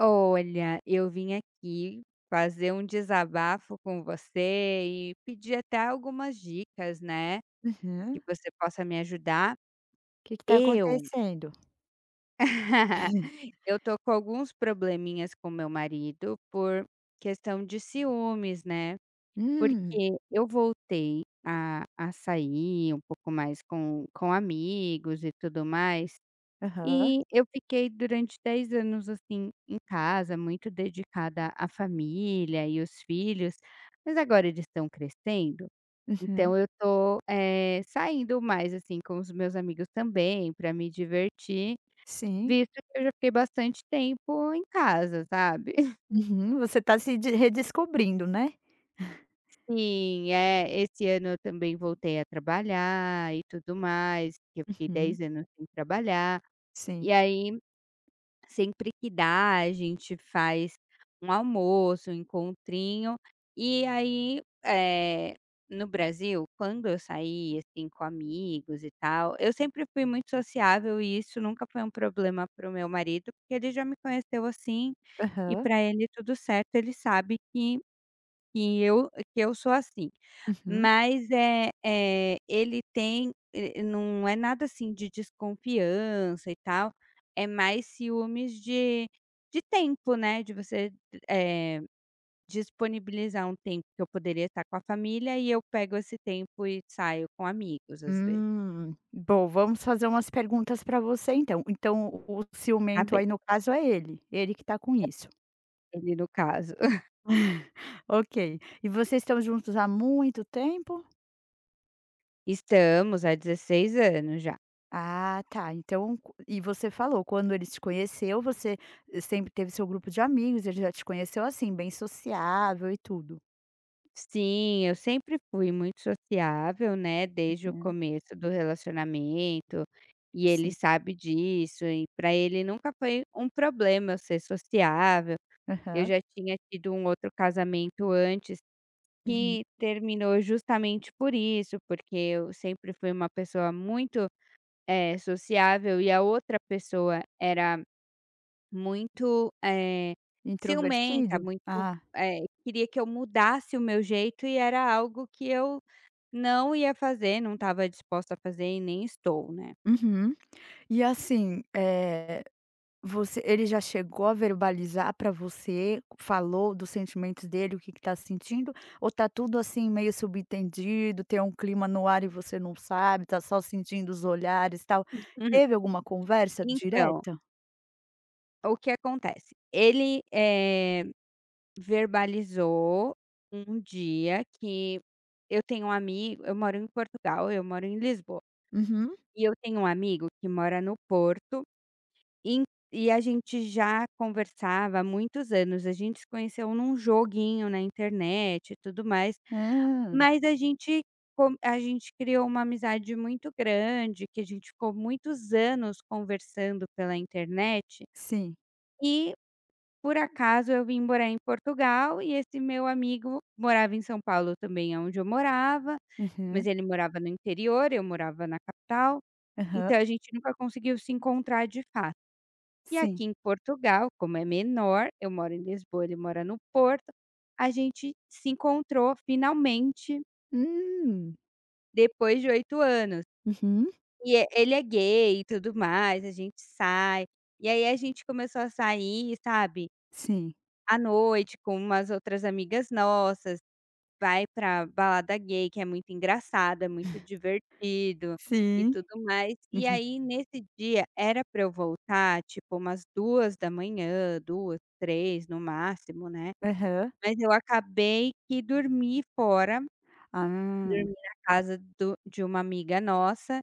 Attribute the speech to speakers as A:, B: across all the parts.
A: Olha, eu vim aqui fazer um desabafo com você e pedir até algumas dicas, né, que
B: Uhum.
A: você possa me ajudar.
B: Que tá
A: Eu
B: acontecendo?
A: eu tô com alguns probleminhas com meu marido por questão de ciúmes, né, porque
B: Hum.
A: eu voltei a sair um pouco mais com amigos e tudo mais.
B: Aham.
A: E eu fiquei durante 10 anos, assim, em casa, muito dedicada à família e os filhos, mas agora eles estão crescendo, então
B: Uhum.
A: eu estou, saindo mais, assim, com os meus amigos também para me divertir,
B: Sim.
A: visto que eu já fiquei bastante tempo em casa, sabe.
B: Uhum. Você tá se de redescobrindo, né?
A: Sim, é, esse ano eu também voltei a trabalhar e tudo mais, que eu fiquei
B: Uhum.
A: 10 anos sem trabalhar, e
B: Sim.
A: aí sempre que dá, a gente faz um almoço, um encontrinho. E aí, no Brasil, quando eu saí assim, com amigos e tal, eu sempre fui muito sociável e isso nunca foi um problema para o meu marido, porque ele já me conheceu assim, e
B: Aham.
A: para ele tudo certo, ele sabe que eu sou assim.
B: Uhum.
A: Mas, é ele tem e não é nada, assim, de desconfiança e tal, é mais ciúmes de tempo, né, de você, eh, disponibilizar um tempo que eu poderia estar com a família e eu pego esse tempo e saio com amigos, às vezes,
B: Hum. Bom, vamos fazer umas perguntas para você então. Então o ciumento
A: sabe,
B: aí no caso é ele, ele que tá com isso.
A: ele no caso.
B: Ok. E vocês estão juntos há muito tempo?
A: Estamos há 16 anos já.
B: Ah, tá. Então co e você falou, quando ele te conheceu, você sempre teve seu grupo de amigos, ele já te conheceu assim, bem sociável e tudo.
A: Sim, eu sempre fui muito sociável, né, desde o
B: Aham,
A: começo do relacionamento, e ele
B: sim.
A: sabe disso, e pra ele nunca foi um problema eu ser sociável. Eu
B: Aham.
A: já tinha tido um outro casamento antes
B: Uhum.
A: que terminou justamente por isso, porque eu sempre fui uma pessoa muito, sociável e a outra pessoa era muito, ciumenta,
B: Introvertido?
A: muito,
B: Ah.
A: queria que eu mudasse o meu jeito e era algo que eu não ia fazer, não estava disposta a fazer e nem estou, né.
B: Uhum. E assim, você ele já chegou a verbalizar pra você, falou dos sentimentos dele, o que que tá sentindo, ou tá tudo assim meio subentendido, tem um clima no ar e você não sabe, tá só sentindo os olhares, e tal?
A: Uhum.
B: Teve alguma conversa
A: Então,
B: direta?
A: o que acontece, ele, verbalizou um dia que eu tenho um amigo, eu moro em Portugal, eu moro em Lisboa,
B: Uhum.
A: e eu tenho um amigo que mora no Porto En e a gente já conversava há muitos anos, a gente se conheceu num joguinho na internet e tudo mais,
B: Ah,
A: mas a gente criou uma amizade muito grande, que a gente ficou muitos anos conversando pela internet,
B: sim.
A: e por acaso eu vim morar em Portugal e esse meu amigo morava em São Paulo também, onde eu morava,
B: Aham,
A: mas ele morava no interior, eu morava na capital, então
B: aham,
A: a gente nunca conseguiu se encontrar de fato. E
B: sim.
A: aqui em Portugal, como é menor, eu moro em Lisboa, ele mora no Porto, a gente se encontrou finalmente
B: Hum.
A: depois de 8 anos.
B: Uhum.
A: E é, ele é gay e tudo mais, a gente sai. E aí a gente começou a sair, sabe,
B: Sim,
A: à noite com umas outras amigas nossas, vai pra balada gay, que é muito engraçado, é muito divertido e
B: sim.
A: tudo mais. E
B: Uhum.
A: aí, nesse dia, era pra eu voltar, tipo, umas 2 da manhã, duas três no máximo, né.
B: Aham.
A: Mas eu acabei que dormi fora,
B: Ah,
A: dormi na casa do de uma amiga nossa,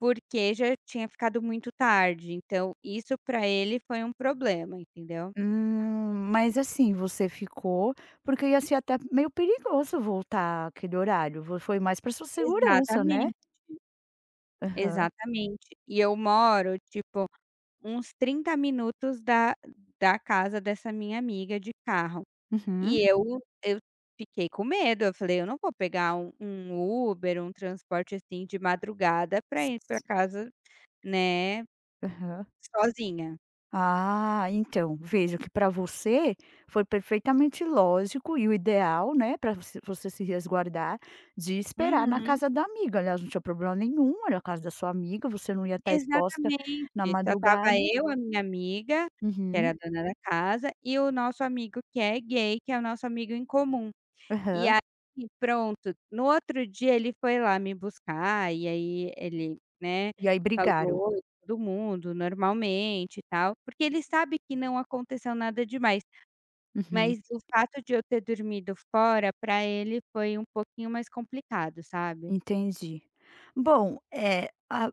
A: porque já tinha ficado muito tarde, então isso pra ele foi um problema, entendeu.
B: mas assim, você ficou porque ia ser até meio perigoso voltar àquele horário, vo foi mais pra sua segurança, né?
A: Exatamente,
B: Aham,
A: exatamente. E eu moro, tipo, uns 30 minutos da casa dessa minha amiga de carro.
B: uhum,
A: E eu Uhum. Eu fiquei com medo, eu falei: "Eu não vou pegar um Uber, um transporte, assim, de madrugada para ir para
B: s
A: casa, né,
B: aham.
A: sozinha".
B: Ah, então, vejo que para você foi perfeitamente lógico e o ideal, né, para você se resguardar, de esperar na
A: Uhum.
B: casa da amiga. Aliás, não tinha problema nenhum, era a casa da sua amiga, você não ia estar exposta na
A: Exatamente. Só tava
B: madrugada.
A: eu, a minha amiga, que era a
B: Uhum,
A: dona da casa, e o nosso amigo que é gay, que é o nosso amigo em comum. E
B: aham.
A: aí pronto, no outro dia ele foi lá me buscar e aí ele, né,
B: E aí brigaram.
A: falou oi pra todo mundo normalmente e tal, porque ele sabe que não aconteceu nada demais,
B: Uhum,
A: mas o fato de eu ter dormido fora pra ele foi um pouquinho mais complicado, sabe.
B: entendi. Bom, é. A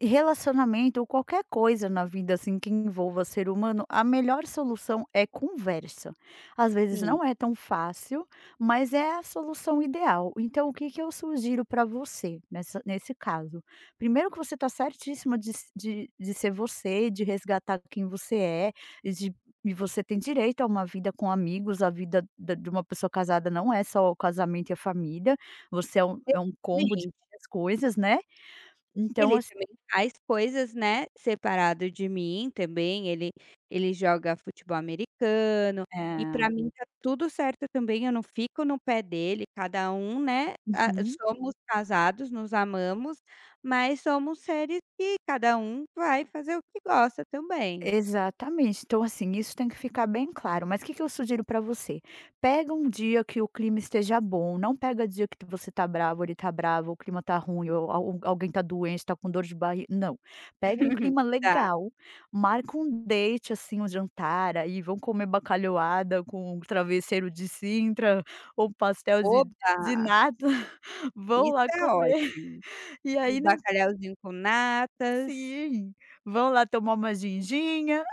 B: Relacionamento ou qualquer coisa na vida, assim, que envolva ser humano, a melhor solução é conversa. Às vezes
A: Sim,
B: não é tão fácil, mas é a solução ideal. Então, o que que eu sugiro para você nessa nesse caso? Primeiro que você está certíssima de s de ser você, de resgatar quem você é e de e você tem direito a uma vida com amigos, a vida da de uma pessoa casada não é só o casamento e a família, você é é um combo de
A: também.
B: várias coisas, né. Então,
A: Ele
B: assi
A: também faz coisas, né, separado de mim também, ele joga futebol americano, e pra
B: é.
A: mim tá tudo certo também, eu não fico no pé dele, cada um, né, ah,
B: Uhum.
A: somos casados, nos amamos, mas somos seres que cada um vai fazer o que gosta também.
B: Exatamente. Então, assim, isso tem que ficar bem claro. Mas o que que eu sugiro para você? Pega um dia que o clima esteja bom, não pega dia que você tá bravo, ele tá bravo, o clima tá ruim, ou al alguém tá doente, tá com dor de barriga, não. Pega um clima
A: Tá.
B: legal, marca um date, assim, um jantar, aí vão comer bacalhoada com um travesseiro de Sintra ou um pastel de
A: Oba,
B: nata, vão
A: isso
B: lá
A: é
B: comer,
A: ótimo.
B: e
A: Um
B: aí não
A: bacalhauzinho com natas,
B: sim, vão lá tomar uma ginginha.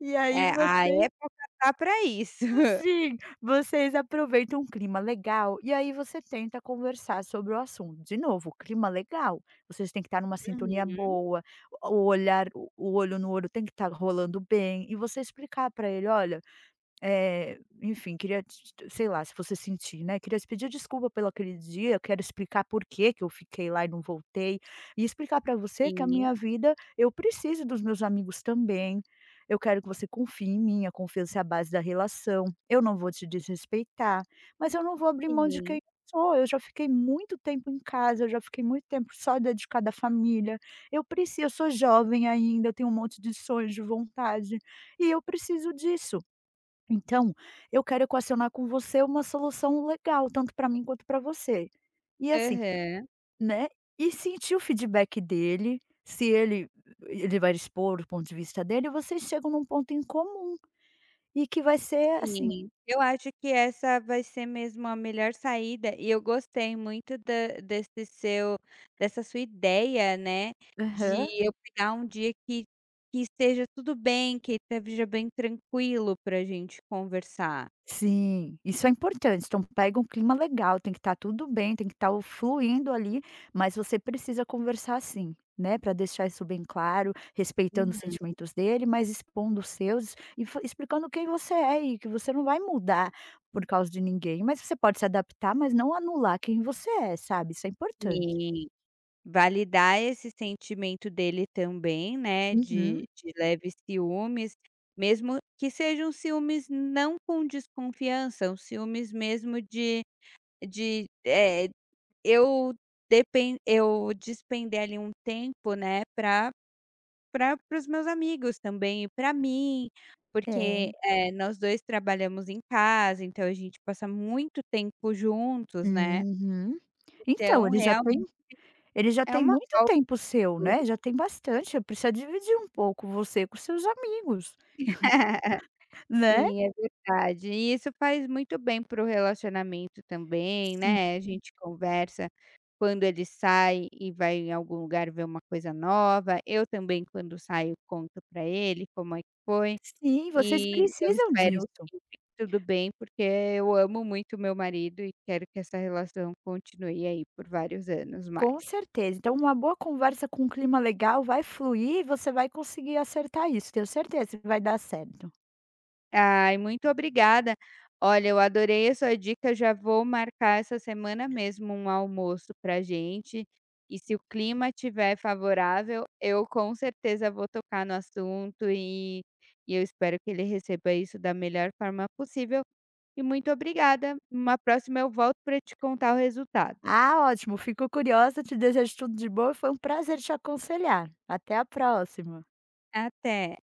B: E aí
A: é, a
B: vocês
A: época tá pra isso.
B: sim, vocês aproveitam um clima legal, e aí você tenta conversar sobre o assunto. De novo, clima legal, vocês têm que estar numa sintonia
A: Uhum.
B: boa, o olhar o olho no olho tem que estar rolando bem, e você explicar para ele: "Olha". Enfim, queria t t sei lá, se você sentir, né, queria te pedir desculpa pelo aquele dia, eu quero explicar por que que eu fiquei lá e não voltei, e explicar para você que a
A: Sim,
B: minha vida eu preciso dos meus amigos também, eu quero que você confie em mim, a confiança é a base da relação, eu não vou te desrespeitar, mas eu não vou abrir mão de quem
A: sim.
B: eu sou, eu já fiquei muito tempo em casa, eu já fiquei muito tempo só dedicada à família, eu preciso eu sou jovem ainda, eu tenho um monte de sonhos, de vontade, e eu preciso disso. Então, eu quero equacionar com você uma solução legal, tanto para mim quanto para você. E assim,
A: Aham,
B: né, e sentir o feedback dele, se ele ele vai expor o ponto de vista dele, vocês chegam num ponto em comum e que vai ser assim
A: sim. Eu acho que essa vai ser mesmo a melhor saída e eu gostei muito da desse seu dessa sua ideia, né, de
B: aham.
A: eu pegar um dia que esteja tudo bem, que esteja bem tranquilo pra gente conversar.
B: Sim, isso é importante. Então pega um clima legal, tem que estar tudo bem, tem que estar fluindo ali, mas você precisa conversar sim, né, para deixar isso bem claro, respeitando os
A: Uhum.
B: sentimentos dele, mas expondo os seus e fa explicando quem você é e que você não vai mudar por causa de ninguém, mas você pode se adaptar, mas não anular quem você é, sabe, isso é importante.
A: E validar esse sentimento dele também, né,
B: Uhum,
A: de leves ciúmes, mesmo que sejam ciúmes não com desconfiança, um ciúmes mesmo de De, eh, eu eu despender ali um tempo, né, para os meus amigos também e pra mim, porque,
B: é.
A: nós 2 trabalhamos em casa, então a gente passa muito tempo juntos, né.
B: Uhum. Então,
A: Então
B: ele já tem
A: realmente
B: Ele já
A: é
B: tem
A: uma
B: muito tempo seu, né,
A: falta.
B: já tem bastante, precisa dividir um pouco você com seus amigos, né.
A: Sim, é verdade. E isso faz muito bem para o relacionamento também,
B: Sim.
A: né, a gente conversa, quando ele sai e vai em algum lugar ver uma coisa nova, eu também quando saio conto para ele como é que foi,
B: Sim, vocês
A: e eu
B: precisam
A: espero
B: disso,
A: que fique tudo bem, porque eu amo muito meu marido e quero que essa relação continue aí por vários anos
B: com
A: mais.
B: certeza. Então uma boa conversa com um clima legal vai fluir e você vai conseguir acertar isso, tenho certeza que vai dar certo.
A: Ai, muito obrigada. Olha, eu adorei a sua dica, já vou marcar essa semana mesmo um almoço pra gente, e se o clima estiver favorável, eu com certeza vou tocar no assunto e eu espero que ele receba isso da melhor forma possível. E muito obrigada. Uma próxima eu volto para te contar o resultado.
B: Ah, ótimo, fico curiosa, te desejo tudo de bom e foi um prazer te aconselhar. Até a próxima.
A: Até.